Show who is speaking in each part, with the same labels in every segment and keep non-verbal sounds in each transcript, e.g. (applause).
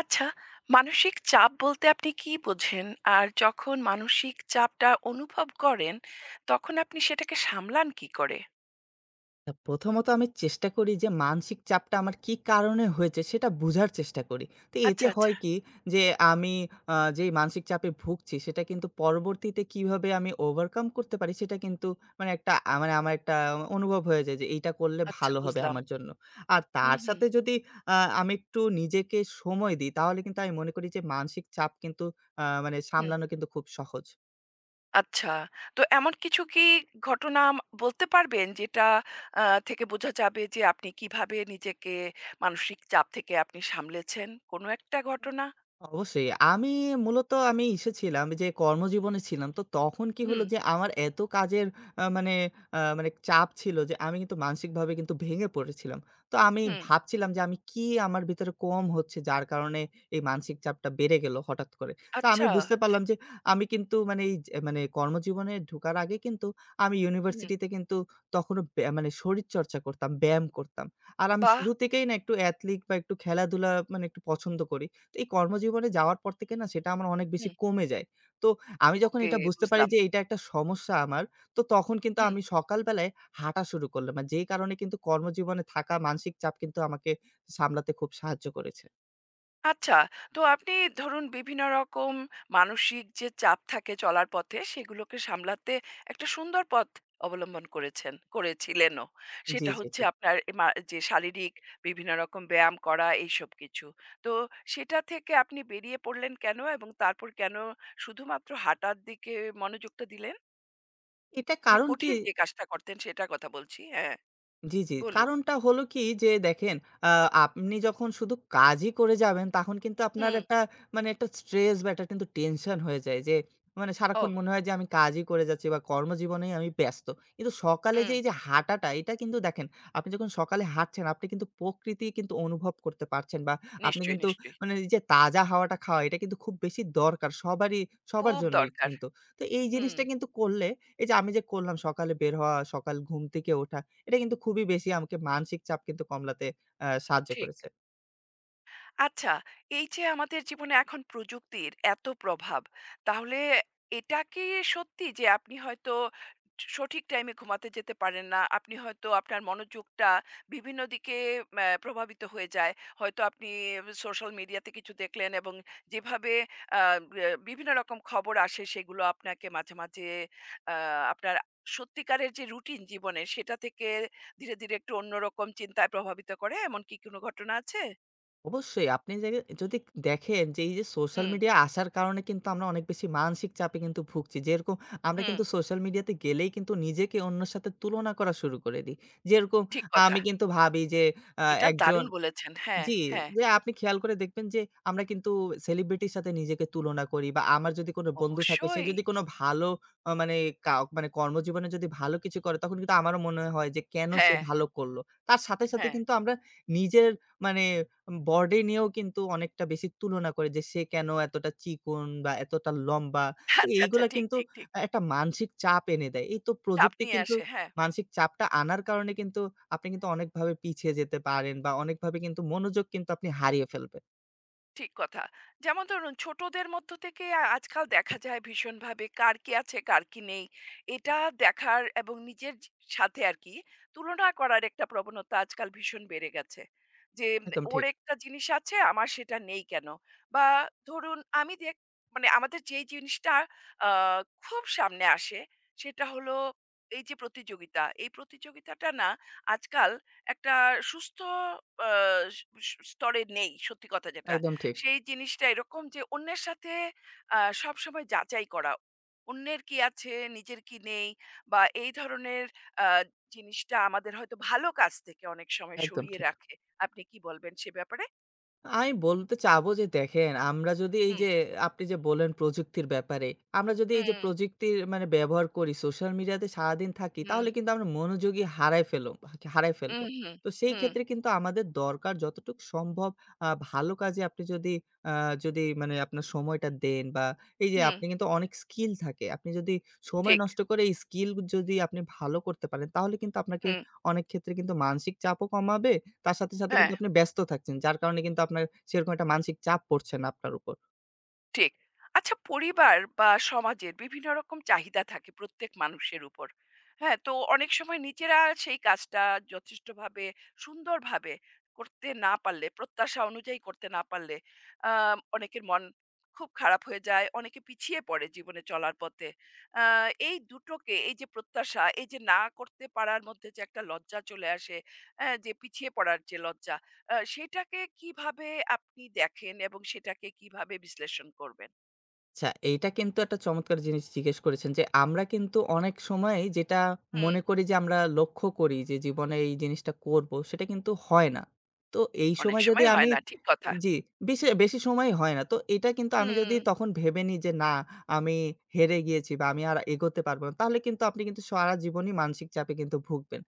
Speaker 1: আচ্ছা, মানসিক চাপ বলতে আপনি কি বোঝেন? আর যখন মানসিক চাপটা অনুভব করেন, তখন আপনি সেটাকে সামলান কি করে?
Speaker 2: প্রথমত আমি চেষ্টা করি যে মানসিক চাপটা আমার কি কারণে হয়েছে সেটা বুঝার চেষ্টা করি। তো এতে
Speaker 1: আচ্ছা, আচ্ছা,
Speaker 2: হয় কি যে আমি যেই মানসিক চাপে ভুগছি সেটা কিন্তু পরবর্তীতে কিভাবে আমি ওভারকাম করতে পারি, সেটা কিন্তু মানে একটা মানে আমার একটা অনুভব হয়ে যায় যে এইটা করলে
Speaker 1: আচ্ছা
Speaker 2: ভালো হবে
Speaker 1: বুঝলাম।
Speaker 2: আমার জন্য। আর
Speaker 1: হুম,
Speaker 2: তার
Speaker 1: হুম,
Speaker 2: সাথে যদি আ আমি একটু নিজেকে সময় দিই তাহলে কিন্তু আমি মনে করি যে মানসিক চাপ কিন্তু মানে
Speaker 1: হুম।
Speaker 2: সামলানো কিন্তু খুব সহজ।
Speaker 1: আচ্ছা, তো এমন কিছু কি ঘটনা বলতে পারবেন যেটা আ থেকে বোঝা যাবে যে আপনি কিভাবে নিজেকে মানসিক চাপ থেকে আপনি সামলেছেন? কোনো একটা ঘটনা?
Speaker 2: অবশ্যই। আমি মূলত আমি এসেছিলাম যে কর্মজীবনে ছিলাম। তো তখন কি হলো
Speaker 1: হুম,
Speaker 2: যে আমার এত কাজের মানে মানে চাপ ছিল যে আমি কিন্তু মানসিকভাবে কিন্তু ভেঙে পড়েছিলাম। তো আমি
Speaker 1: হুম।
Speaker 2: ভাবছিলাম যে আমি কি আমার ভিতরে কম হচ্ছে যার কারণে এই মানসিক চাপটা বেড়ে গেল হঠাৎ করে। তো আমি
Speaker 1: আচ্ছা,
Speaker 2: বুঝতে পারলাম
Speaker 1: ঠিক
Speaker 2: যে আমি কিন্তু মানে এই যে মানে কর্মজীবনে ঢোকার আগে কিন্তু আমি
Speaker 1: হুম,
Speaker 2: ইউনিভার্সিটিতে কিন্তু তখনও মানে শরীরচর্চা করতাম, ব্যায়াম করতাম। আর আমি
Speaker 1: বাহ!
Speaker 2: শুরু থেকেই না একটু অ্যাথলিক বা একটু খেলাধুলা মানে একটু পছন্দ করি। এই কর্মজীবনে যাওয়ার পর থেকে না সেটা আমার অনেক বেশি
Speaker 1: হুম,
Speaker 2: কমে যায়। তো আমি যখন
Speaker 1: ওকে
Speaker 2: এটা বুঝতে পারি
Speaker 1: বুঝলাম।
Speaker 2: যে এটা একটা সমস্যা আমার, তো তখন কিন্তু
Speaker 1: হুম।
Speaker 2: আমি সকাল বেলায় হাঁটা শুরু করলাম। আর যেই কারণে কিন্তু কর্মজীবনে থাকা মানসিক চাপ কিন্তু আমাকে সামলাতে খুব সাহায্য করেছে।
Speaker 1: আচ্ছা, তো আপনি ধরুন বিভিন্ন রকম মানসিক যে চাপ থাকে চলার পথে সেগুলোকে সামলাতে একটা সুন্দর পথ অবলম্বন করেছেন, করেছিলেনও।
Speaker 2: জি,
Speaker 1: সেটা
Speaker 2: জি,
Speaker 1: হচ্ছে
Speaker 2: ঠিক।
Speaker 1: আপনার এ মা যে শারীরিক বিভিন্ন রকম ব্যায়াম করা এইসব কিছু। তো সেটা থেকে আপনি বেরিয়ে পড়লেন কেনো? এবং তারপর কেনো শুধুমাত্র হাঁটার দিকে মনোযোগটা দিলেন?
Speaker 2: এটা
Speaker 1: যে
Speaker 2: কারণ কি।
Speaker 1: কঠিন যে কাজটা করতেন সেটার কথা বলছি। হ্যাঁ,
Speaker 2: জি, জি।
Speaker 1: বলুন।
Speaker 2: কারণটা হলো কি যে দেখেন, আ আপনি যখন শুধু কাজই করে যাবেন তখন কিন্তু আপনার
Speaker 1: হুম,
Speaker 2: একটা স্ট্রেস বা একটা কিন্তু টেনশন হয়ে যায় যে মানে
Speaker 1: ও
Speaker 2: সারাক্ষণ মনে হয় যে আমি কাজই করে যাচ্ছি বা কর্মজীবনেই আমি ব্যস্ত। কিন্তু সকালে যে
Speaker 1: হুম,
Speaker 2: এই যে হাঁটাটা এটা কিন্তু দেখেন, আপনি যখন সকালে হাঁটছেন আপনি কিন্তু প্রকৃতি কিন্তু অনুভব করতে পারছেন বা আপনি
Speaker 1: নিশ্চয়ই,
Speaker 2: কিন্তু
Speaker 1: নিশ্চয়ই।
Speaker 2: মানে এই যে তাজা হাওয়াটা খাওয়া এটা কিন্তু খুব বেশি দরকার সবারই, সবার
Speaker 1: খুব
Speaker 2: জন্যই
Speaker 1: দরকার।
Speaker 2: কিন্তু। তো এই
Speaker 1: হুম,
Speaker 2: জিনিসটা কিন্তু করলে, এই যে আমি যে করলাম সকালে বের হওয়া, সকাল ঘুম থেকে ওঠা, এটা কিন্তু খুবই বেশি আমাকে মানসিক চাপ কিন্তু কমলাতে সাহায্য
Speaker 1: ঠিক।
Speaker 2: করেছে।
Speaker 1: আচ্ছা, এই যে আমাদের জীবনে এখন প্রযুক্তির এত প্রভাব, তাহলে এটা কি সত্যি যে আপনি হয়তো সঠিক টাইমে ঘুমাতে যেতে পারেন না? আপনি হয়তো আপনার মনোযোগটা বিভিন্ন দিকে প্রভাবিত হয়ে যায়। হয়তো আপনি সোশ্যাল মিডিয়াতে কিছু দেখলেন এবং যেভাবে আ ব্য বিভিন্ন রকম খবর আসে সেগুলো আপনাকে মাঝে, মাঝে আ আপনার সত্যিকারের যে রুটিন জীবনের সেটা থেকে ধীরে, ধীরে একটু অন্যরকম চিন্তায় প্রভাবিত করে এমন কি কোনো ঘটনা আছে?
Speaker 2: অবশ্যই আপনি যে যদি দেখেন যে এই যে সোশ্যাল
Speaker 1: হুম।
Speaker 2: মিডিয়া আসার কারণে কিন্তু আমরা অনেক বেশি মানসিক চাপে কিন্তু ভুগছি। যেরকম আমরা
Speaker 1: হুম,
Speaker 2: কিন্তু সোশ্যাল মিডিয়াতে গেলেই কিন্তু নিজেকে অন্যের সাথে তুলনা করা শুরু করে দিই। যেরকম
Speaker 1: ঠিক কথা।
Speaker 2: আমি কিন্তু ভাবি যে আ
Speaker 1: এটা
Speaker 2: একজন,
Speaker 1: দারুণ বলেছেন। হ্যাঁ,
Speaker 2: জি,
Speaker 1: হ্যাঁ,
Speaker 2: যে আপনি খেয়াল করে দেখবেন যে আমরা কিন্তু সেলিব্রিটির সাথে নিজেকে তুলনা করি, বা আমার যদি কোনো বন্ধু থাকে সে
Speaker 1: অবশ্যই।
Speaker 2: যদি কোনো ভালো মানে মানে কর্মজীবনে যদি ভালো কিছু করে তখন কিন্তু আমারও মনে হয় যে কেন সে
Speaker 1: হ্যাঁ,
Speaker 2: ভালো করলো। তার সাথে, সাথে
Speaker 1: হ্যাঁ।
Speaker 2: কিন্তু আমরা নিজের মানে বডি নিয়েও কিন্তু অনেকটা বেশি তুলনা করি যে সে কেন এতটা চিকন বা এতটা লম্বা। তো
Speaker 1: আচ্ছা, আচ্ছা।
Speaker 2: এইগুলা
Speaker 1: ঠিক,
Speaker 2: কিন্তু
Speaker 1: ঠিক, ঠিক।
Speaker 2: একটা মানসিক চাপ এনে দেয়। এই তো
Speaker 1: চাপ
Speaker 2: প্রযুক্তি
Speaker 1: নিয়ে
Speaker 2: কিন্তু
Speaker 1: আসে। হ্যাঁ।
Speaker 2: মানসিক চাপটা আনার কারণে কিন্তু আপনি কিন্তু অনেকভাবে পিছিয়ে যেতে পারেন বা অনেকভাবে কিন্তু মনোযোগ কিন্তু আপনি হারিয়ে ফেলবেন।
Speaker 1: ঠিক কথা। যেমন ধরুন ছোটদের মধ্য থেকে আজকাল দেখা যায় ভীষণভাবে কার কি আছে, কার কি নেই। এটা দেখার এবং নিজের সাথে আরকি তুলনা করার একটা প্রবণতা আজকাল ভীষণ বেড়ে গেছে। যে
Speaker 2: একদম
Speaker 1: ওর
Speaker 2: ঠিক,
Speaker 1: একটা জিনিস আছে আমার সেটা নেই কেন? বা ধরুন আমি মানে আমাদের যেই জিনিসটা আ খুব সামনে আসে সেটা হলো এই যে প্রতিযোগিতা। এই প্রতিযোগিতাটা না আজকাল একটা সুস্থ আ স স স্তরে নেই সত্যি কথা যেটা।
Speaker 2: একদম ঠিক,
Speaker 1: সেই জিনিসটা এরকম যে অন্যের সাথে আ সবসময় যাচাই করা। অন্যের কি আছে, নিজের কি নেই বা এই ধরনের আ জিনিসটা আমাদের হয়তো ভালো কাজ থেকে অনেক সময়
Speaker 2: একদম
Speaker 1: সরিয়ে
Speaker 2: ঠিক।
Speaker 1: রাখে। আপনি কি বলবেন সে ব্যাপারে?
Speaker 2: আমি বলতে চাবো যে দেখেন, আমরা যদি এই
Speaker 1: হুম,
Speaker 2: যে আপনি যে বললেন প্রযুক্তির ব্যাপারে, আমরা যদি এই যে
Speaker 1: হুম,
Speaker 2: প্রযুক্তির মানে ব্যবহার করি, সোশ্যাল মিডিয়াতে সারাদিন থাকি,
Speaker 1: হুম,
Speaker 2: তাহলে কিন্তু আমরা মনোযোগই হারায় ফেলবো।
Speaker 1: হুম, হুম,
Speaker 2: তো সেই
Speaker 1: হুম,
Speaker 2: ক্ষেত্রে কিন্তু আমাদের দরকার যতটুকু সম্ভব ভালো কাজে আপনি আ যদি মানে আপনার সময়টা দেন বা এই যে
Speaker 1: হুম,
Speaker 2: আপনি কিন্তু অনেক স্কিল থাকে। আপনি যদি সময়
Speaker 1: ঠিক।
Speaker 2: নষ্ট করে এই স্কিল যদি আপনি ভালো করতে পারেন, তাহলে কিন্তু আপনাকে
Speaker 1: হুম,
Speaker 2: অনেক ক্ষেত্রে কিন্তু মানসিক চাপও কমাবে, তার সাথে, সাথে কিন্তু
Speaker 1: হ্যাঁ।
Speaker 2: আপনি ব্যস্ত থাকছেন। যার কারণে কিন্তু আপনার সেরকম একটা মানসিক চাপ পড়ছে না আপনার উপর।
Speaker 1: ঠিক। আচ্ছা পরিবার বা সমাজের বিভিন্ন রকম চাহিদা থাকে প্রত্যেক মানুষের উপর। হ্যাঁ? তো অনেক সময় নিজেরা সেই কাজটা যথেষ্টভাবে সুন্দরভাবে করতে না পারলে, প্রত্যাশা অনুযায়ী করতে না পারলে আ অনেকের মন খুব খারাপ হয়ে যায়। অনেকে পিছিয়ে পড়ে জীবনে চলার পথে। আ এই দুটোকে এই যে প্রত্যাশা, এই যে না করতে পারার মধ্যে যে একটা লজ্জা চলে আসে, যে পিছিয়ে পড়ার যে লজ্জা, সেটাকে কিভাবে আপনি দেখেন এবং সেটাকে কিভাবে বিশ্লেষণ করবেন?
Speaker 2: আচ্ছা, এইটা কিন্তু একটা চমৎকার জিনিস জিজ্ঞেস করেছেন যে, আমরা কিন্তু অনেক সময় যেটা
Speaker 1: হুম,
Speaker 2: মনে করি যে, আমরা লক্ষ্য করি যে, জীবনে এই জিনিসটা করব, সেটা কিন্তু হয় না। তো এই
Speaker 1: অনেক
Speaker 2: সময় যদি
Speaker 1: সময় হয়
Speaker 2: আমি,
Speaker 1: না। ঠিক কথা।
Speaker 2: জি, বেশি, বেশি সময় হয় না। তো এটা কিন্তু আমি
Speaker 1: হুম,
Speaker 2: যদি তখন ভেবে নিই যে, না, আমি হেরে গিয়েছি বা আমি আর এগোতে পারব না, তাহলে কিন্তু আপনি কিন্তু সারা জীবনই মানসিক চাপে কিন্তু ভুগবেন।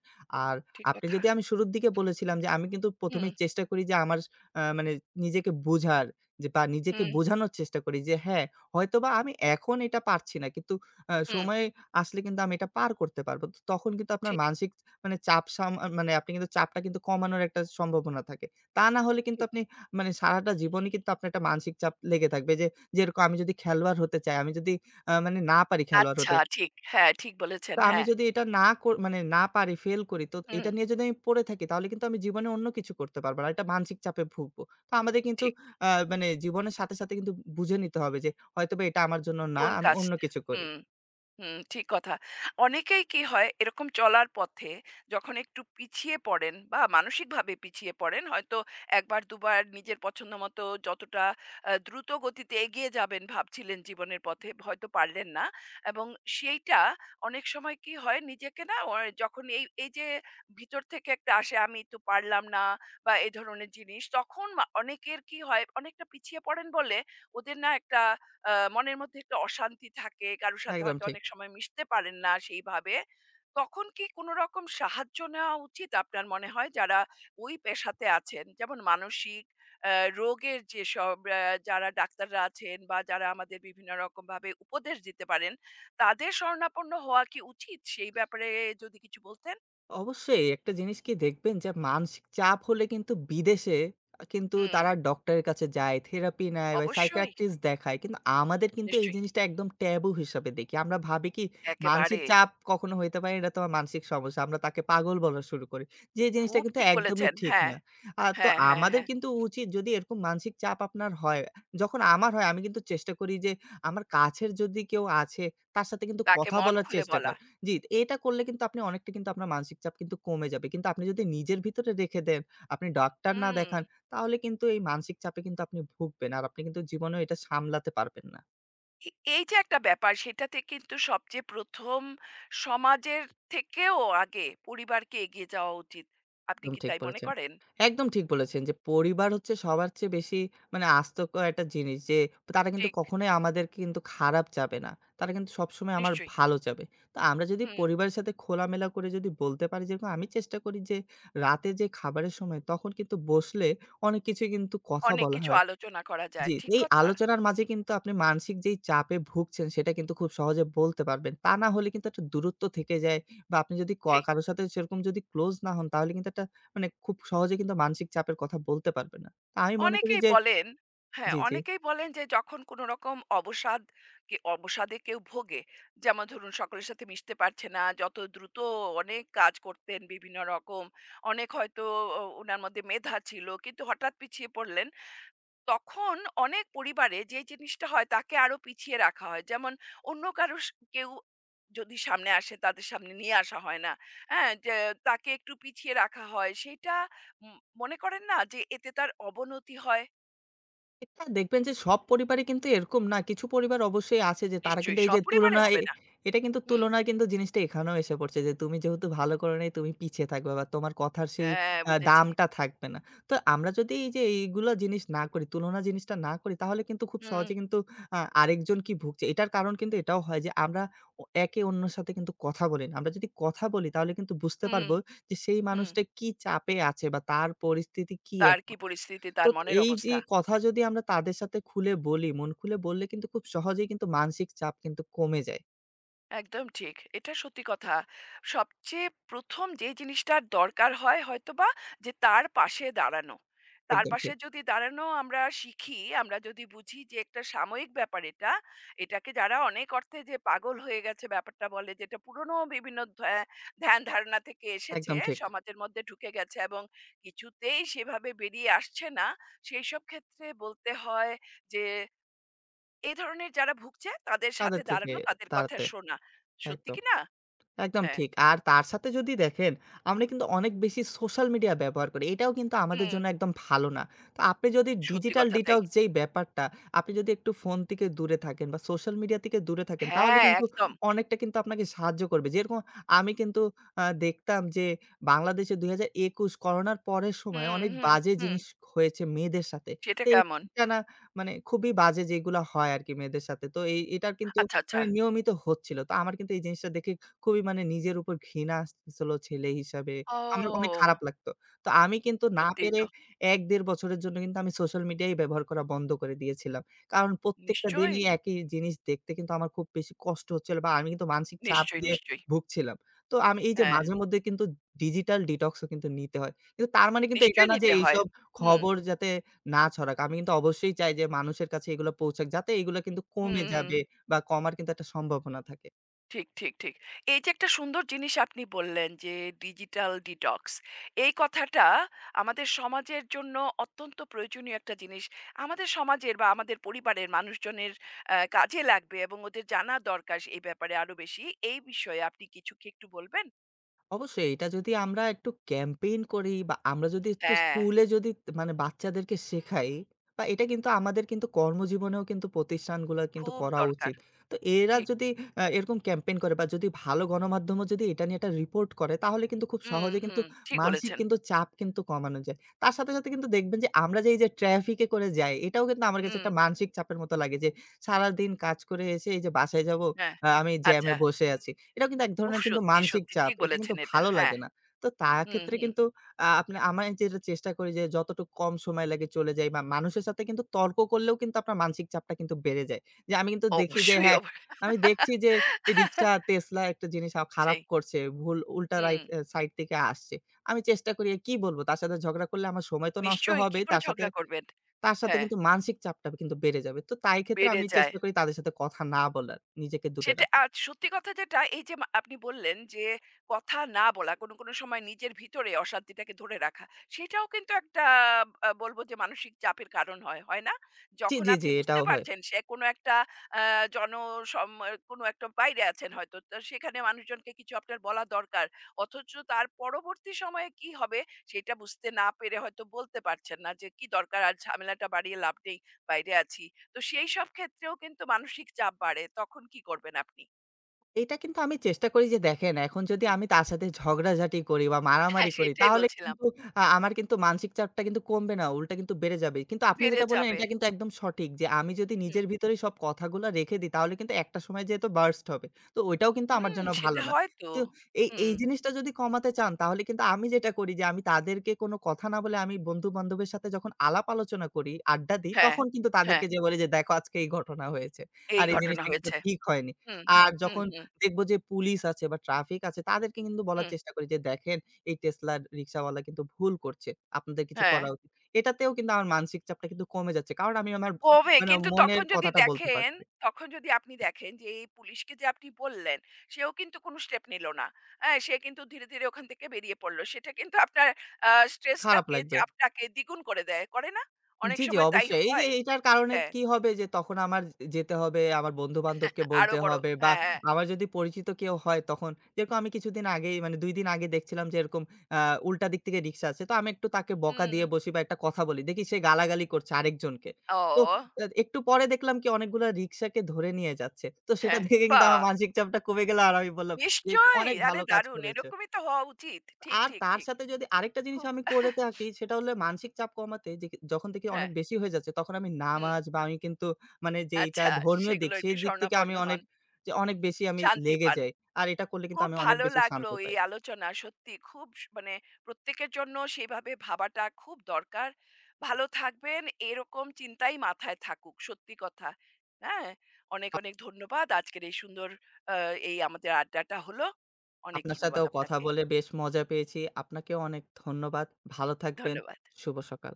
Speaker 2: আর
Speaker 1: ঠিক
Speaker 2: আপনি
Speaker 1: কথা।
Speaker 2: যদি, আমি শুরুর দিকে বলেছিলাম যে, আমি কিন্তু ১ম
Speaker 1: হুম,
Speaker 2: এই চেষ্টা করি যে, আমার মানে নিজেকে বোঝার যে বা নিজেকে
Speaker 1: হুম,
Speaker 2: বোঝানোর চেষ্টা করি যে, হ্যাঁ, হয়তোবা আমি এখন এটা পারছি না। কিন্তু
Speaker 1: হুম।
Speaker 2: সময় আসলে কিন্তু আমি এটা পার করতে পারব। তো তখন কিন্তু আপনার
Speaker 1: ঠিক,
Speaker 2: মানসিক মানে চাপ মানে আপনি কিন্তু চাপটা কিন্তু কমানোর একটা সম্ভাবনা থাকে। তা না হলে কিন্তু
Speaker 1: ঠিক।
Speaker 2: আপনি মানে সারাটা জীবনই কিন্তু আপনার একটা মানসিক চাপ লেগে থাকবে যে, যেরকম আমি যদি খেলোয়াড় হতে চাই, আমি যদি মানে না পারি খেলোয়াড় হতে,
Speaker 1: আচ্ছা ঠিক। হ্যাঁ, ঠিক
Speaker 2: তো
Speaker 1: বলেছেন।
Speaker 2: আমি
Speaker 1: হ্যাঁ।
Speaker 2: যদি এটা না মানে না পারি, ফেল করি, তো
Speaker 1: হুম,
Speaker 2: এটা নিয়ে যদি আমি পড়ে থাকি তাহলে কিন্তু আমি জীবনে অন্য কিছু করতে পারব না। একটা মানসিক চাপে ভুগবো। তো আমাদের কিন্তু
Speaker 1: ঠিক।
Speaker 2: মানে জীবনের সাথে, সাথে কিন্তু বুঝে নিতে হবে যে হয়তোবা এটা আমার জন্য না,
Speaker 1: কোন
Speaker 2: আমি অন্য
Speaker 1: কাজটা?
Speaker 2: কিছু করি।
Speaker 1: হুম। হুম, ঠিক কথা। অনেকেই কি হয় এরকম চলার পথে যখন একটু পিছিয়ে পড়েন বা মানসিকভাবে পিছিয়ে পড়েন, হয়তো ১ বার ২ বার নিজের পছন্দমতো যতটা দ্রুত গতিতে এগিয়ে যাবেন ভাবছিলেন জীবনের পথে, হয়তো পারলেন না এবং সেইটা অনেক সময় কি হয় নিজেকে না অ যখন এই যে ভিতর থেকে একটা আসে আমি তো পারলাম না বা এ ধরনের জিনিস, তখন অনেকের কি হয় অনেকটা পিছিয়ে পড়েন বলে ওদের না একটা আহ, মনের মধ্যে একটা অশান্তি থাকে কারোর সাথে
Speaker 2: একদম
Speaker 1: হয়তো
Speaker 2: ঠিক।
Speaker 1: অনেক সময় মিশতে পারেন না সেইভাবে তখন কি কোনো রকম সাহায্য নেওয়া উচিত আপনার মনে হয় যারা ওই পেশাতে আছেন যেমন মানসিক আহ, রোগের যেসব আহ, যারা ডাক্তাররা আছেন বা যারা আমাদের বিভিন্ন রকম ভাবে উপদেশ দিতে পারেন তাদের শরণাপন্ন হওয়া কি উচিত সেই ব্যাপারে যদি কিছু বলতেন।
Speaker 2: অবশ্যই একটা জিনিস কি দেখবেন যে মানসিক চাপ হলে কিন্তু বিদেশে কিন্তু
Speaker 1: হুম,
Speaker 2: তারা ডক্টরের কাছে যায়, থেরাপি নেয় বা
Speaker 1: অবশ্যই,
Speaker 2: সাইকিয়াট্রিস্ট দেখায়। কিন্তু আমাদের কিন্তু এই
Speaker 1: নিশ্চয়ই,
Speaker 2: জিনিসটা একদম ট্যাবু হিসাবে দেখি। আমরা ভাবি কি মানসিক
Speaker 1: একেবারে,
Speaker 2: চাপ কখনো হইতে পারে, এটা তোমার মানসিক সমস্যা। আমরা তাকে পাগল বলা শুরু করি। যে জিনিসটা
Speaker 1: খুব
Speaker 2: কিন্তু
Speaker 1: ঠিক
Speaker 2: একদমই
Speaker 1: বলেছেন।
Speaker 2: ঠিক
Speaker 1: হ্যাঁ,
Speaker 2: না। তো
Speaker 1: হ্যাঁ, হ্যাঁ,
Speaker 2: আমাদের
Speaker 1: হ্যাঁ,
Speaker 2: কিন্তু উচিত, যদি এরকম মানসিক চাপ আপনার হয়, যখন আমার হয় আমি কিন্তু চেষ্টা করি যে আমার কাছের যদি কেউ আছে তার সাথে কিন্তু
Speaker 1: তাকে
Speaker 2: কথা
Speaker 1: মন
Speaker 2: বলার
Speaker 1: খুলে
Speaker 2: চেষ্টা
Speaker 1: বলা।
Speaker 2: করা। জি, এটা করলে কিন্তু আপনি অনেকটা কিন্তু আপনার মানসিক চাপ কিন্তু কমে যাবে। কিন্তু আপনি যদি নিজের ভিতরে রেখে দেন, আপনি ডাক্তার না
Speaker 1: হুম,
Speaker 2: দেখান, তাহলে কিন্তু এই মানসিক চাপে কিন্তু আপনি ভুগবেন। আর আপনি কিন্তু জীবনেও এটা সামলাতে পারবেন না।
Speaker 1: এ এই যে একটা ব্যাপার সেটাতে কিন্তু সবচেয়ে ১ম সমাজের থেকেও আগে পরিবারকে এগিয়ে যাওয়া উচিত। আপনি
Speaker 2: একদম
Speaker 1: কি
Speaker 2: ঠিক
Speaker 1: তাই মনে
Speaker 2: বলেছেন।
Speaker 1: করেন?
Speaker 2: একদম ঠিক বলেছেন যে পরিবার হচ্ছে সবার চেয়ে বেশি মানে আস্ত একটা জিনিস যে তারা কিন্তু
Speaker 1: ঠিক,
Speaker 2: কখনোই আমাদেরকে কিন্তু খারাপ চাবে না। তারা কিন্তু সবসময় আমার
Speaker 1: নিশ্চয়ই।
Speaker 2: ভালো চাবে। তো আমরা যদি
Speaker 1: হুম,
Speaker 2: পরিবারের সাথে খোলামেলা করে যদি বলতে পারি, যেরকম আমি চেষ্টা করি যে রাতে যে খাবারের সময় তখন কিন্তু বসলে অনেক কিছুই কিন্তু কথা
Speaker 1: অনেক
Speaker 2: বলা
Speaker 1: কিছু
Speaker 2: হয়।
Speaker 1: আলোচনা করা
Speaker 2: জি,
Speaker 1: যায়। ঠিক
Speaker 2: এই
Speaker 1: কথা।
Speaker 2: আলোচনার মাঝে
Speaker 1: হুম,
Speaker 2: কিন্তু আপনি মানসিক যেই চাপে ভুগছেন সেটা কিন্তু খুব সহজে বলতে পারবেন। তা না হলে কিন্তু একটা দূরত্ব থেকে যায়, বা আপনি যদি
Speaker 1: সেই।
Speaker 2: কারো সাথে সেরকম যদি ক্লোজ না হন তাহলে কিন্তু একটা মানে খুব সহজে কিন্তু মানসিক চাপের কথা বলতে পারবেন না। তা আমি মনে করি
Speaker 1: অনেকেই
Speaker 2: যে,
Speaker 1: বলেন হ্যাঁ,
Speaker 2: জি, জি।
Speaker 1: অনেকেই বলেন যে যখন কোনো রকম অবসাদ অবসাদে কেউ ভোগে, যেমন ধরুন সকলের সাথে মিশতে পারছে না, যত দ্রুত অনেক কাজ করতেন বিভিন্ন রকম। অনেক হয়তো ও উনার মধ্যে মেধা ছিল কিন্তু হঠাৎ পিছিয়ে পড়লেন। তখন অনেক পরিবারে যে জিনিসটা হয় তাকে আরো পিছিয়ে রাখা হয়। যেমন অন্য কারো স কেউ যদি সামনে আসে তাদের সামনে নিয়ে আসা হয় না। হ্যাঁ? যে তাকে একটু পিছিয়ে রাখা হয়। সেটা উম মনে করেন না যে এতে তার অবনতি হয়?
Speaker 2: এটা দেখবেন যে সব পরিবারে কিন্তু এরকম না। কিছু পরিবার অবশ্যই আছে যে তারা কিন্তু
Speaker 1: নিশ্চয়ই।
Speaker 2: এই যে
Speaker 1: সব পরিবারে
Speaker 2: তুলনা
Speaker 1: হবে না।
Speaker 2: এটা কিন্তু
Speaker 1: হুম।
Speaker 2: তুলনা কিন্তু জিনিসটা এখানেও এসে পড়ছে যে তুমি যেহেতু ভালো করো নাই তুমি পিছিয়ে থাকবে বা তোমার কথার সেই
Speaker 1: হ্যাঁ, বুঝেছি।
Speaker 2: দামটা থাকবে না। তো আমরা যদি এই যে এইগুলা জিনিস না করি, তুলনা জিনিসটা না করি তাহলে কিন্তু খুব
Speaker 1: হুম,
Speaker 2: সহজে কিন্তু আরেকজন কি ভুগছে, এটার কারণ কিন্তু এটাও হয় যে আমরা একে অন্যের সাথে কিন্তু কথা বলি না। আমরা যদি কথা বলি তাহলে কিন্তু বুঝতে
Speaker 1: হুম,
Speaker 2: পারবো যে সেই
Speaker 1: হুম।
Speaker 2: মানুষটা কি চাপে আছে বা তার পরিস্থিতি কি
Speaker 1: তার
Speaker 2: এখন।
Speaker 1: কি পরিস্থিতি,
Speaker 2: তো
Speaker 1: তার মনের
Speaker 2: এই যে
Speaker 1: অবস্থা।
Speaker 2: কথা যদি আমরা তাদের সাথে খুলে বলি, মন খুলে বললে কিন্তু খুব সহজেই কিন্তু মানসিক চাপ কিন্তু কমে যায়।
Speaker 1: একদম ঠিক। এটা সত্যি কথা। সবচেয়ে ১ম যে জিনিসটার দরকার হয় হয়তোবা যে তার পাশে দাঁড়ানো। তার
Speaker 2: একদম
Speaker 1: পাশে
Speaker 2: ঠিক,
Speaker 1: যদি দাঁড়ানো আমরা শিখি, আমরা যদি বুঝি যে একটা সাময়িক ব্যাপার এটা। এটাকে যারা অনেক অর্থে যে পাগল হয়ে গেছে ব্যাপারটা বলে যেটা পুরনো বিভিন্ন ধ্যান-ধারণা থেকে এসেছে,
Speaker 2: একদম ঠিক।
Speaker 1: সমাজের মধ্যে ঢুকে গেছে এবং কিছুতেই সেভাবে বেরিয়ে আসছে না। সেইসব ক্ষেত্রে বলতে হয় যে এ ধরনের যারা ভুগছে তাদের
Speaker 2: তাদের
Speaker 1: সাথে
Speaker 2: থেকে
Speaker 1: দাঁড়ানো, তাদের কথা
Speaker 2: দাঁড়াতে,
Speaker 1: শোনা। সত্যি
Speaker 2: একদম।
Speaker 1: কি না?
Speaker 2: একদম
Speaker 1: হ্যাঁ।
Speaker 2: ঠিক। আর তার সাথে যদি দেখেন, আমরা কিন্তু অনেক বেশি সোশ্যাল মিডিয়া ব্যবহার করি। এটাও কিন্তু আমাদের
Speaker 1: হুম,
Speaker 2: জন্য একদম ভালো না। তো আপনি যদি
Speaker 1: সত্যি
Speaker 2: ডিজিটাল
Speaker 1: কথা তাই।
Speaker 2: ডিটক্স যেই ব্যাপারটা, আপনি যদি একটু ফোন থেকে দূরে থাকেন বা সোশ্যাল মিডিয়া থেকে দূরে থাকেন, তাহলে
Speaker 1: হ্যাঁ,
Speaker 2: কিন্তু
Speaker 1: একদম।
Speaker 2: অনেকটা কিন্তু আপনাকে সাহায্য করবে। যেরকম আমি কিন্তু দেখতাম যে বাংলাদেশে ২০২১ করোনার পরের সময়
Speaker 1: হুম,
Speaker 2: অনেক
Speaker 1: হুম,
Speaker 2: বাজে
Speaker 1: হুম।
Speaker 2: জিনিস হয়েছে মেয়েদের সাথে।
Speaker 1: সেটা
Speaker 2: তো
Speaker 1: কেমন?
Speaker 2: এইটা না মানে খুবই বাজে যেগুলা হয় আরকি মেয়েদের সাথে। তো এই এটার কিন্তু
Speaker 1: আচ্ছা, আচ্ছা।
Speaker 2: মানে নিয়মিত হচ্ছিল। তো আমার কিন্তু এই জিনিসটা দেখে খুবই মানে নিজের উপর ঘৃণা আসতেছিল ছেলে হিসাবে। আমার অনেক খারাপ
Speaker 1: ও!
Speaker 2: লাগতো। তো আমি কিন্তু না
Speaker 1: সত্যিই
Speaker 2: পেরে
Speaker 1: তো।
Speaker 2: ১-১.৫ বছরের জন্য কিন্তু আমি সোশ্যাল মিডিয়াই ব্যবহার করা বন্ধ করে দিয়েছিলাম। কারণ প্রত্যেকটা
Speaker 1: নিশ্চয়ই,
Speaker 2: দিনই একই জিনিস দেখতে কিন্তু আমার খুব বেশি কষ্ট হচ্ছিল বা আমি কিন্তু মানসিক চাপ
Speaker 1: নিশ্চয়ই,
Speaker 2: দিয়ে
Speaker 1: নিশ্চয়ই।
Speaker 2: ভুগছিলাম। তো আমি এই যে
Speaker 1: হ্যাঁ,
Speaker 2: মাঝে মধ্যে কিন্তু ডিজিটাল ডিটক্স ও কিন্তু নিতে হয়। কিন্তু তার মানে কিন্তু এটা
Speaker 1: নিশ্চয়ই
Speaker 2: না যে
Speaker 1: নিতে হয়।
Speaker 2: এইসব
Speaker 1: হুম,
Speaker 2: খবর যাতে না ছড়াক। আমি কিন্তু অবশ্যই চাই যে মানুষের কাছে এগুলো পৌঁছাক। যাতে এগুলো কিন্তু কমে
Speaker 1: হুম।
Speaker 2: যাবে বা কমার কিন্তু একটা সম্ভাবনা থাকে।
Speaker 1: ঠিক, ঠিক, ঠিক। এই যে একটা সুন্দর জিনিস আপনি বললেন যে ডিজিটাল ডিটক্স। এই কথাটা আমাদের সমাজের জন্য অত্যন্ত প্রয়োজনীয় একটা জিনিস। আমাদের সমাজের বা আমাদের পরিবারের মানুষজনের কাজে লাগবে এবং ওদের জানা দরকার এই ব্যাপারে আরো বেশি। এই বিষয়ে আপনি কিছু কি একটু বলবেন?
Speaker 2: অবশ্যই এটা যদি আমরা একটু ক্যাম্পেইন করি, বা আমরা যদি একটু
Speaker 1: হ্যাঁ,
Speaker 2: স্কুলে যদি মানে বাচ্চাদেরকে শেখাই, বা এটা কিন্তু আমাদের কিন্তু কর্মজীবনেও কিন্তু প্রতিষ্ঠানগুলো কিন্তু
Speaker 1: খুব
Speaker 2: করা
Speaker 1: দরকার।
Speaker 2: উচিত। তো এরা
Speaker 1: ঠিক।
Speaker 2: যদি এরকম ক্যাম্পেইন করে বা যদি ভালো গণমাধ্যমও যদি এটা নিয়ে একটা রিপোর্ট করে তাহলে কিন্তু খুব
Speaker 1: হুম,
Speaker 2: সহজে কিন্তু
Speaker 1: হুম। ঠিক
Speaker 2: মানসিক
Speaker 1: বলেছেন।
Speaker 2: কিন্তু চাপ কিন্তু কমানো যায়। তার সাথে, সাথে কিন্তু দেখবেন যে আমরা যে এই যে ট্রাফিকে করে যাই এটাও কিন্তু আমার কাছে
Speaker 1: হুম,
Speaker 2: একটা মানসিক চাপের মতো লাগে যে সারাদিন কাজ করে এসে এই যে বাসায় যাবো,
Speaker 1: হ্যাঁ।
Speaker 2: আমি জ্যামে
Speaker 1: আচ্ছা।
Speaker 2: বসে আছি। এটাও কিন্তু এক
Speaker 1: উফ!
Speaker 2: ধরনের কিন্তু
Speaker 1: সত্যি,
Speaker 2: মানসিক
Speaker 1: সত্যি
Speaker 2: চাপ।
Speaker 1: ঠিক
Speaker 2: এটা কিন্তু
Speaker 1: বলেছেন এটা।
Speaker 2: ভালো
Speaker 1: হ্যাঁ।
Speaker 2: লাগে না। তো তার
Speaker 1: হুম,
Speaker 2: ক্ষেত্রে
Speaker 1: হুম।
Speaker 2: কিন্তু আপনি আমি যেটা চেষ্টা করি যে যতটুকু কম সময় লাগে চলে যাই, বা মানুষের সাথে কিন্তু তর্ক করলেও কিন্তু আপনার মানসিক চাপটা কিন্তু বেড়ে যায়। যে আমি কিন্তু দেখি যে
Speaker 1: অবশ্যই,
Speaker 2: হ্যাঁ,
Speaker 1: অব
Speaker 2: আমি দেখছি যে এই
Speaker 1: (laughs)
Speaker 2: রিক্সা, টেসলা একটা জিনিস খারাপ
Speaker 1: সেই।
Speaker 2: করছে। ভুল উল্টা
Speaker 1: হুম।
Speaker 2: রাইট অ্যা সাইড থেকে আসছে। আমি চেষ্টা করি কি বলব? তার সাথে ঝগড়া করলে আমার সময় তো নষ্ট
Speaker 1: নিশ্চয়ই, কি
Speaker 2: হবেই।
Speaker 1: করে
Speaker 2: তার সাথে,
Speaker 1: ঝগড়া করবেন?
Speaker 2: তার সাথে
Speaker 1: হ্যাঁ,
Speaker 2: কিন্তু মানসিক চাপটা কিন্তু বেড়ে যাবে। তো তাই ক্ষেত্রে
Speaker 1: বেড়ে
Speaker 2: আমি
Speaker 1: যায়।
Speaker 2: চেষ্টা করি তাদের সাথে কথা না বলার, নিজেকে দূরে
Speaker 1: সেটা
Speaker 2: রাখার।
Speaker 1: আর সত্যি কথা যেটা এই যে আপনি বললেন যে কথা না বলা, কোনো, কোনো সময় নিজের ভিতরে অশান্তিটাকে ধরে রাখা। সেটাও কিন্তু একটা বলব যে মানসিক চাপের কারণ হয়, হয় না?
Speaker 2: জি,
Speaker 1: যখন
Speaker 2: জি, জি,
Speaker 1: আপনি বুঝতে
Speaker 2: এটাও হয়।
Speaker 1: পারছেন সে কোনো একটা আ জনসম কোনো একটা বাইরে আছেন হয়তো। তো সেখানে মানুষজনকে কিছু আপনার বলা দরকার। অথচ তার পরবর্তী সময়ে কি হবে সেটা বুঝতে না পেরে হয়তো বলতে পারছেন না যে কি দরকার আর ঝামেলাটা বাড়িয়ে লাভ নেই। বাইরে আছি। তো সেই সব ক্ষেত্রেও কিন্তু মানসিক চাপ বাড়ে। তখন কি করবেন আপনি?
Speaker 2: এটা কিন্তু আমি চেষ্টা করি যে দেখেন, এখন যদি
Speaker 1: হুম।
Speaker 2: আমি তার সাথে ঝগড়াঝাটি করি বা
Speaker 1: হ্যাঁ,
Speaker 2: মারামারি করি
Speaker 1: সেটাই
Speaker 2: তাহলে
Speaker 1: বলছিলাম।
Speaker 2: কিন্তু আমার কিন্তু মানসিক চাপটা কিন্তু কমবে না, উল্টা কিন্তু বেড়ে যাবে। কিন্তু আপনি
Speaker 1: বেড়ে
Speaker 2: যেটা বললেন
Speaker 1: যাবে।
Speaker 2: এটা কিন্তু একদম সঠিক যে আমি যদি
Speaker 1: হুম।
Speaker 2: নিজের ভিতরেই সব কথাগুলা রেখে দিই তাহলে কিন্তু একটা সময় যেয়ে তো বার্স্ট হবে। তো ওইটাও কিন্তু আমার
Speaker 1: হুম,
Speaker 2: জন্য ভালো
Speaker 1: সেটা
Speaker 2: না।
Speaker 1: হয় তো।
Speaker 2: তো এই, এই
Speaker 1: হুম,
Speaker 2: জিনিসটা যদি কমাতে চান তাহলে কিন্তু আমি যেটা করি যে আমি তাদেরকে কোনো কথা না বলে আমি বন্ধু-বান্ধবের সাথে যখন আলাপ আলোচনা করি, আড্ডা দিই
Speaker 1: হ্যাঁ,
Speaker 2: তখন কিন্তু
Speaker 1: হ্যাঁ,
Speaker 2: তাদেরকে যেয়ে বলি যে দেখো, আজকে এই ঘটনা হয়েছে।
Speaker 1: এই
Speaker 2: আর এই
Speaker 1: ঘটনা
Speaker 2: জিনিসটা কিন্তু
Speaker 1: হয়েছে।
Speaker 2: ঠিক হয়নি।
Speaker 1: হুম,
Speaker 2: আর
Speaker 1: হুম,
Speaker 2: যখন
Speaker 1: হুম,
Speaker 2: দেখব যে পুলিশ আছে বা ট্রাফিক আছে তাদেরকে কিন্তু বলার
Speaker 1: হুম,
Speaker 2: চেষ্টা করি যে, "দেখেন, এই Tesla রিক্শাওয়ালা কিন্তু ভুল করছে। আপনাদের কিছু
Speaker 1: হ্যাঁ।
Speaker 2: করা উচিত।" এটাতেও কিন্তু আমার মানসিক চাপটা কিন্তু কমে যাচ্ছে। কারণ আমি আমার
Speaker 1: কমে
Speaker 2: মানে
Speaker 1: কিন্তু
Speaker 2: মনের
Speaker 1: তখন যদি
Speaker 2: কথাটা বলতে
Speaker 1: দেখেন
Speaker 2: পারছি।
Speaker 1: তখন যদি আপনি দেখেন যে এই পুলিশকে যে আপনি বললেন, সেও কিন্তু কোনো স্টেপ নিল না। হ্যাঁ, সে কিন্তু ধীরে, ধীরে ওখান থেকে বেরিয়ে পড়ল। সেটা কিন্তু আপনার
Speaker 2: খারাপ
Speaker 1: স্ট্রেসটাকে,
Speaker 2: লাগবে।
Speaker 1: চাপটাকে দ্বিগুণ করে দেয়। করে না? অনেক
Speaker 2: জি, জি,
Speaker 1: সময় তাই
Speaker 2: অবশ্যই। এই যে
Speaker 1: হয়।
Speaker 2: এইটার কারণে
Speaker 1: হ্যাঁ।
Speaker 2: কি হবে যে তখন আমার যেতে হবে, আমার বন্ধু-বান্ধবকে
Speaker 1: আরো
Speaker 2: বলতে
Speaker 1: বড়।
Speaker 2: হবে, বা
Speaker 1: হ্যাঁ, হ্যাঁ।
Speaker 2: আমার যদি পরিচিত কেউ হয়। তখন যেরকম আমি কিছুদিন আগেই মানে ২ দিন আগে দেখছিলাম যে এরকম আ উল্টা দিক থেকে রিক্সা আসছে। তো আমি একটু তাকে বকা
Speaker 1: হুম।
Speaker 2: দিয়ে বসি বা একটা কথা বলি। দেখি সে গালাগালি করছে আরেকজনকে। তো
Speaker 1: ও!
Speaker 2: একটু পরে দেখলাম কি অনেকগুলা রিক্শাকে ধরে নিয়ে যাচ্ছে। তো সেটা
Speaker 1: হ্যাঁ,
Speaker 2: দেখে কিন্তু
Speaker 1: বাহ!
Speaker 2: আমার মানসিক চাপটা কমে গেল আর আমি বললাম যে,
Speaker 1: নিশ্চয়ই!
Speaker 2: "অনেক ভালো
Speaker 1: আরে
Speaker 2: কাজ
Speaker 1: দারুণ!
Speaker 2: করেছে।"
Speaker 1: এরকমই তো হওয়া উচিত। ঠিক,
Speaker 2: আর
Speaker 1: ঠিক,
Speaker 2: তার
Speaker 1: ঠিক।
Speaker 2: সাথে যদি আরেকটা জিনিস
Speaker 1: খুব
Speaker 2: আমি করে থাকি
Speaker 1: (laughs)
Speaker 2: সেটা হলো মানসিক চাপ কমাতে, যে যখন থেকে অনেক
Speaker 1: হ্যাঁ,
Speaker 2: বেশি হয়ে যাচ্ছে তখন আমি
Speaker 1: হুম।
Speaker 2: নামাজ বা আমি কিন্তু মানে যে এটা
Speaker 1: আচ্ছা,
Speaker 2: ধর্মীয় দিক,
Speaker 1: সেগুলো
Speaker 2: সেই
Speaker 1: একটু
Speaker 2: দিক থেকে আমি
Speaker 1: শরণাপন্ন হন।
Speaker 2: অনেক বেশি আমি
Speaker 1: শান্তি
Speaker 2: লেগে
Speaker 1: পান।
Speaker 2: যাই। আর এটা করলে কিন্তু
Speaker 1: খুব
Speaker 2: আমি অনেক
Speaker 1: ভালো
Speaker 2: বেশি
Speaker 1: লাগলো
Speaker 2: শান্তি
Speaker 1: এই
Speaker 2: পাই।
Speaker 1: আলোচনা। সত্যি খুব মানে প্রত্যেকের জন্য সেভাবে ভাবাটা খুব দরকার। ভালো থাকবেন, এরকম চিন্তাই মাথায় থাকুক। সত্যি কথা। হ্যাঁ? অনেক,
Speaker 2: আ
Speaker 1: অনেক ধন্যবাদ। আজকের এই সুন্দর আ এই আমাদের আড্ডাটা হলো। অনেক
Speaker 2: আপনার
Speaker 1: ধন্যবাদ
Speaker 2: সাথেও কথা
Speaker 1: আপনাকে।
Speaker 2: বলে বেশ মজা পেয়েছি। আপনাকেও অনেক ধন্যবাদ। ভালো থাকবেন।
Speaker 1: ধন্যবাদ।
Speaker 2: শুভ সকাল।